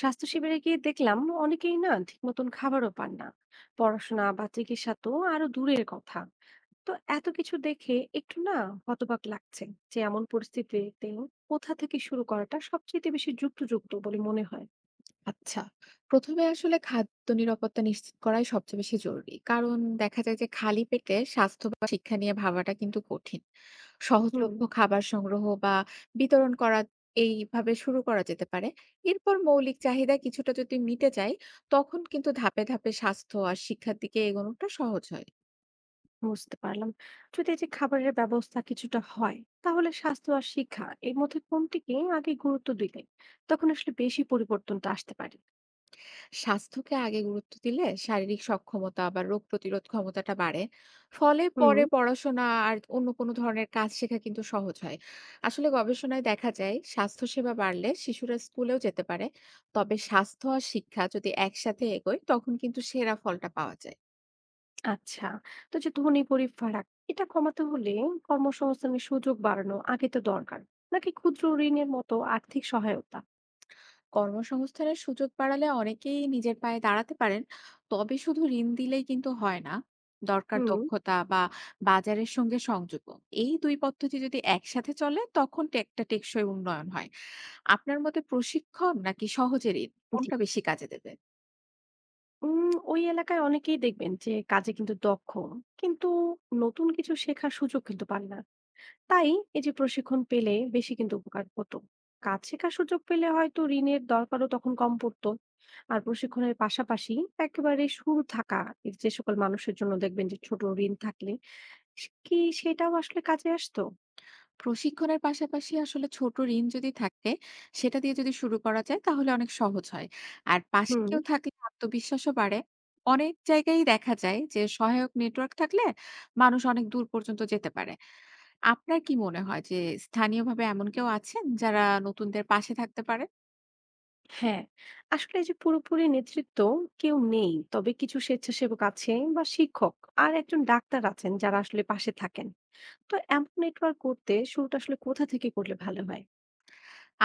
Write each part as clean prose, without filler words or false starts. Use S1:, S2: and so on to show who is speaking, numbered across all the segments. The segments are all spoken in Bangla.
S1: স্বাস্থ্য শিবিরে গিয়ে দেখলাম, অনেকেই না ঠিক মতন খাবারও পান না, পড়াশোনা বা চিকিৎসা তো আরো দূরের কথা। তো এত কিছু দেখে একটু না হতবাক লাগছে যে এমন পরিস্থিতিতেও কোথা থেকে শুরু করাটা সবচেয়ে বেশি যুক্তিযুক্ত বলে মনে হয়?
S2: আচ্ছা। ১ম এ আসলে খাদ্য নিরাপত্তা নিশ্চিত করাই সবচেয়ে বেশি জরুরি। কারণ দেখা যায় যে খালি পেটে স্বাস্থ্য বা শিক্ষা নিয়ে ভাবাটা কিন্তু কঠিন।
S1: হুম।
S2: সহজলভ্য খাবার সংগ্রহ বা বিতরণ করা এইভাবে শুরু করা যেতে পারে। এরপর মৌলিক চাহিদা কিছুটা যদি মিটে যায়, তখন কিন্তু ধাপে ধাপে স্বাস্থ্য আর শিক্ষার দিকে এগোনোটা সহজ হয়।
S1: বুঝতে পারলাম। যদি এই যে খাবারের ব্যবস্থা কিছুটা হয়, তাহলে স্বাস্থ্য আর শিক্ষা এর মধ্যে কোনটিকে আগে গুরুত্ব দিলে তখন আসলে বেশি পরিবর্তনটা আসতে পারে?
S2: স্বাস্থ্যকে আগে গুরুত্ব দিলে শারীরিক সক্ষমতা বা রোগ প্রতিরোধ ক্ষমতাটা বাড়ে, ফলে
S1: হুম।
S2: পরে পড়াশোনা আর অন্য কোনো ধরনের কাজ শেখা কিন্তু সহজ হয়। আসলে গবেষণায় দেখা যায় স্বাস্থ্যসেবা বাড়লে শিশুরা স্কুলেও যেতে পারে। তবে স্বাস্থ্য আর শিক্ষা যদি একসাথে এগোয় তখন কিন্তু সেরা ফলটা পাওয়া যায়।
S1: আচ্ছা। তো যে ধনী-গরিব ফারাক, এটা কমাতে হলে কর্মসংস্থানের সুযোগ বাড়ানো আগে তো দরকার। নাকি ক্ষুদ্র ঋণের মতো আর্থিক সহায়তা?
S2: কর্মসংস্থানের সুযোগ বাড়ালে অনেকেই নিজের পায়ে দাঁড়াতে পারেন। তবে শুধু ঋণ দিলেই কিন্তু হয় না, দরকার
S1: হুম।
S2: দক্ষতা বা বাজারের সঙ্গে সংযোগ। এই দুই পদ্ধতি যদি একসাথে চলে তখন একটা টেকসই উন্নয়ন হয়। আপনার মতে প্রশিক্ষণ নাকি সহজে ঋণ
S1: জি।
S2: কোনটা বেশি কাজে দেবে?
S1: ওই এলাকায় অনেকেই দেখবেন যে কাজে কিন্তু দক্ষ। কিন্তু নতুন কিছু শেখার সুযোগ কিন্তু পান না। তাই এই যে প্রশিক্ষণ পেলে বেশি কিন্তু উপকার হতো। কাজ শেখার সুযোগ পেলে হয়তো ঋণের দরকারও তখন কম পড়তো। আর প্রশিক্ষণের পাশাপাশি একেবারে শুরু থাকা এই যে সকল মানুষের জন্য দেখবেন যে ছোট ঋণ থাকলে সে কি, সেটাও আসলে কাজে আসতো?
S2: প্রশিক্ষণের পাশাপাশি আসলে ছোট ঋণ যদি থাকে, সেটা দিয়ে যদি শুরু করা যায় তাহলে অনেক সহজ হয়। আর পাশে
S1: হুম।
S2: কেউ থাকলে আত্মবিশ্বাসও বাড়ে। অনেক জায়গায়ই দেখা যায় যে সহায়ক নেটওয়ার্ক থাকলে মানুষ অনেক দূর পর্যন্ত যেতে পারে। আপনার কি মনে হয় যে স্থানীয়ভাবে এমন কেউ আছেন যারা নতুনদের পাশে থাকতে পারে?
S1: হ্যাঁ, আসলে এই যে পুরোপুরি নেতৃত্ব কেউ নেই। তবে কিছু স্বেচ্ছাসেবক আছে বা শিক্ষক আর একজন ডাক্তার আছেন যারা আসলে পাশে থাকেন। তো এমন নেটওয়ার্ক করতে শুরুটা আসলে কোথা থেকে করলে ভালো হয়?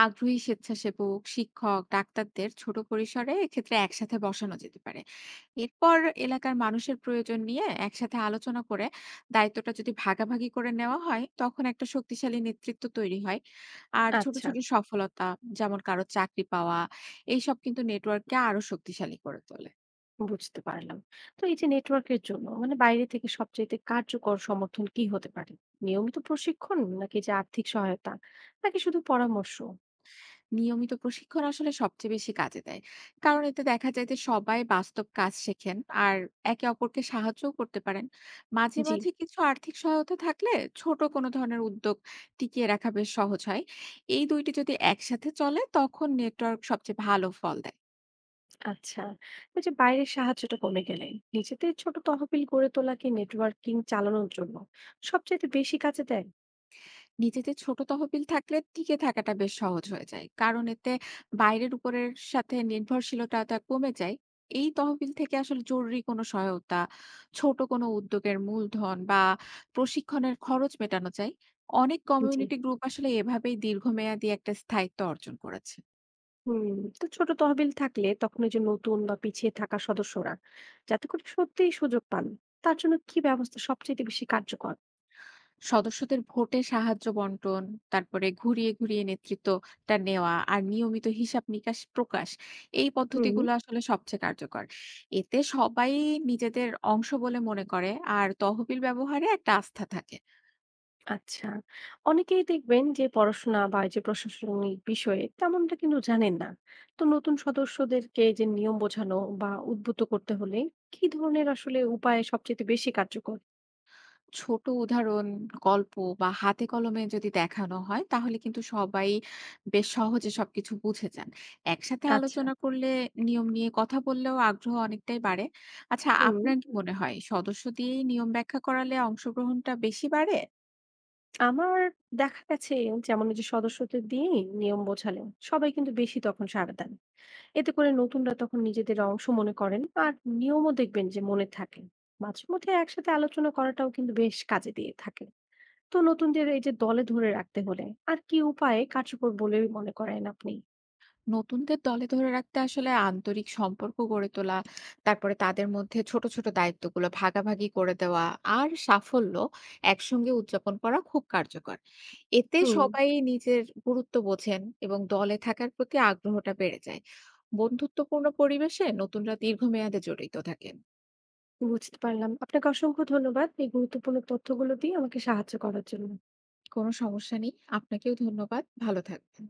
S2: আগ্রহী স্বেচ্ছাসেবক, শিক্ষক, ডাক্তারদের ছোট পরিসরে এক্ষেত্রে একসাথে বসানো যেতে পারে। এরপর এলাকার মানুষের প্রয়োজন নিয়ে একসাথে আলোচনা করে দায়িত্বটা যদি ভাগাভাগি করে নেওয়া হয় তখন একটা শক্তিশালী নেতৃত্ব তৈরি হয়। আর ছোট
S1: আচ্ছা।
S2: ছোট সফলতা, যেমন কারো চাকরি পাওয়া, এইসব কিন্তু নেটওয়ার্ককে আরো শক্তিশালী করে তোলে।
S1: বুঝতে পারলাম। তো এই যে নেটওয়ার্কের জন্য মানে বাইরে থেকে সবচাইতে কার্যকর সমর্থন কি হতে পারে? নিয়মিত প্রশিক্ষণ, নাকি যে আর্থিক সহায়তা, নাকি শুধু পরামর্শ?
S2: নিয়মিত প্রশিক্ষণ আসলে সবচেয়ে বেশি কাজে দেয়, কারণ এতে দেখা যায় যে সবাই বাস্তব কাজ শেখেন আর একে অপরকে সাহায্যও করতে পারেন। মাঝে
S1: জি।
S2: মাঝে কিছু আর্থিক সহায়তা থাকলে ছোট কোনো ধরনের উদ্যোগ টিকিয়ে রাখা বেশ সহজ হয়। এই দুইটি যদি একসাথে চলে তখন নেটওয়ার্ক সবচেয়ে ভালো ফল দেয়।
S1: আচ্ছা। ওই যে বাইরের সাহায্যটা কমে গেলে নিজেদের ছোট তহবিল গড়ে তোলা কি নেটওয়ার্কিং চালানোর জন্য সবচেয়ে বেশি কাজে দেয়?
S2: নিজেদের ছোট তহবিল থাকলে টিকে থাকাটা বেশ সহজ হয়ে যায়। কারণ এতে বাইরের উপরের সাথে নির্ভরশীলতাটা কমে যায়। এই তহবিল থেকে আসলে জরুরি কোনো সহায়তা, ছোট কোনো উদ্যোগের মূলধন বা প্রশিক্ষণের খরচ মেটানো যায়। অনেক
S1: জি।
S2: কমিউনিটি গ্রুপ আসলে এভাবেই দীর্ঘমেয়াদী একটা স্থায়িত্ব অর্জন করেছে।
S1: হুম। তো ছোট তহবিল থাকলে তখন ওই যে নতুন বা পিছিয়ে থাকা সদস্যরা যাতে করে সত্যিই সুযোগ পান, তার জন্য কি ব্যবস্থা সবচেয়ে বেশি কার্যকর?
S2: সদস্যদের ভোটে সাহায্য বন্টন, তারপরে ঘুরিয়ে ঘুরিয়ে নেতৃত্বটা নেওয়া আর নিয়মিত হিসাব নিকাশ প্রকাশ, এই
S1: হুম।
S2: পদ্ধতিগুলো আসলে সবচেয়ে কার্যকর। এতে সবাই নিজেদের অংশ বলে মনে করে আর তহবিল ব্যবহারে একটা আস্থা থাকে।
S1: আচ্ছা। অনেকেই দেখবেন যে পড়াশোনা বা এই যে প্রশাসনিক বিষয়ে তেমনটা কিন্তু জানেন না। তো নতুন সদস্যদেরকে এই যে নিয়ম বোঝানো বা উদ্বুদ্ধ করতে হলে কি ধরনের আসলে উপায় সবচেয়ে বেশি কার্যকর?
S2: ছোট উদাহরণ, গল্প বা হাতে কলমে যদি দেখানো হয় তাহলে কিন্তু সবাই বেশ সহজে সবকিছু বুঝে যান। একসাথে
S1: আচ্ছা।
S2: আলোচনা করলে নিয়ম নিয়ে কথা বললেও আগ্রহ অনেকটাই বাড়ে। আচ্ছা,
S1: হুম,
S2: আপনার কি মনে হয় সদস্য দিয়েই নিয়ম ব্যাখ্যা করালে অংশগ্রহণটা বেশি বাড়ে?
S1: আমার দেখা গেছে যেমন এই যে সদস্যদের দিয়ে নিয়ম বোঝালেন, সবাই কিন্তু বেশি তখন সাড়া দেন। এতে করে নতুনরা তখন নিজেদের অংশ মনে করেন আর নিয়মও দেখবেন যে মনে থাকে। মাঝে মধ্যে একসাথে আলোচনা করাটাও কিন্তু বেশ কাজে দিয়ে থাকে। তো নতুনদের এই যে দলে ধরে রাখতে হলে আর কি উপায়ে কার্যকর বলে মনে করেন আপনি?
S2: নতুনদের দলে ধরে রাখতে আসলে আন্তরিক সম্পর্ক গড়ে তোলা, তারপরে তাদের মধ্যে ছোট ছোট দায়িত্বগুলো ভাগাভাগি করে দেওয়া আর সাফল্য একসঙ্গে উদযাপন করা খুব কার্যকর। এতে
S1: হুম।
S2: সবাই নিজের গুরুত্ব বোঝেন এবং দলে থাকার প্রতি আগ্রহটা বেড়ে যায়। বন্ধুত্বপূর্ণ পরিবেশে নতুনরা দীর্ঘমেয়াদে জড়িত থাকেন।
S1: বুঝতে পারলাম। আপনাকে অসংখ্য ধন্যবাদ এই গুরুত্বপূর্ণ তথ্যগুলো দিয়ে আমাকে সাহায্য করার জন্য।
S2: কোনো সমস্যা নেই। আপনাকেও ধন্যবাদ। ভালো থাকবেন।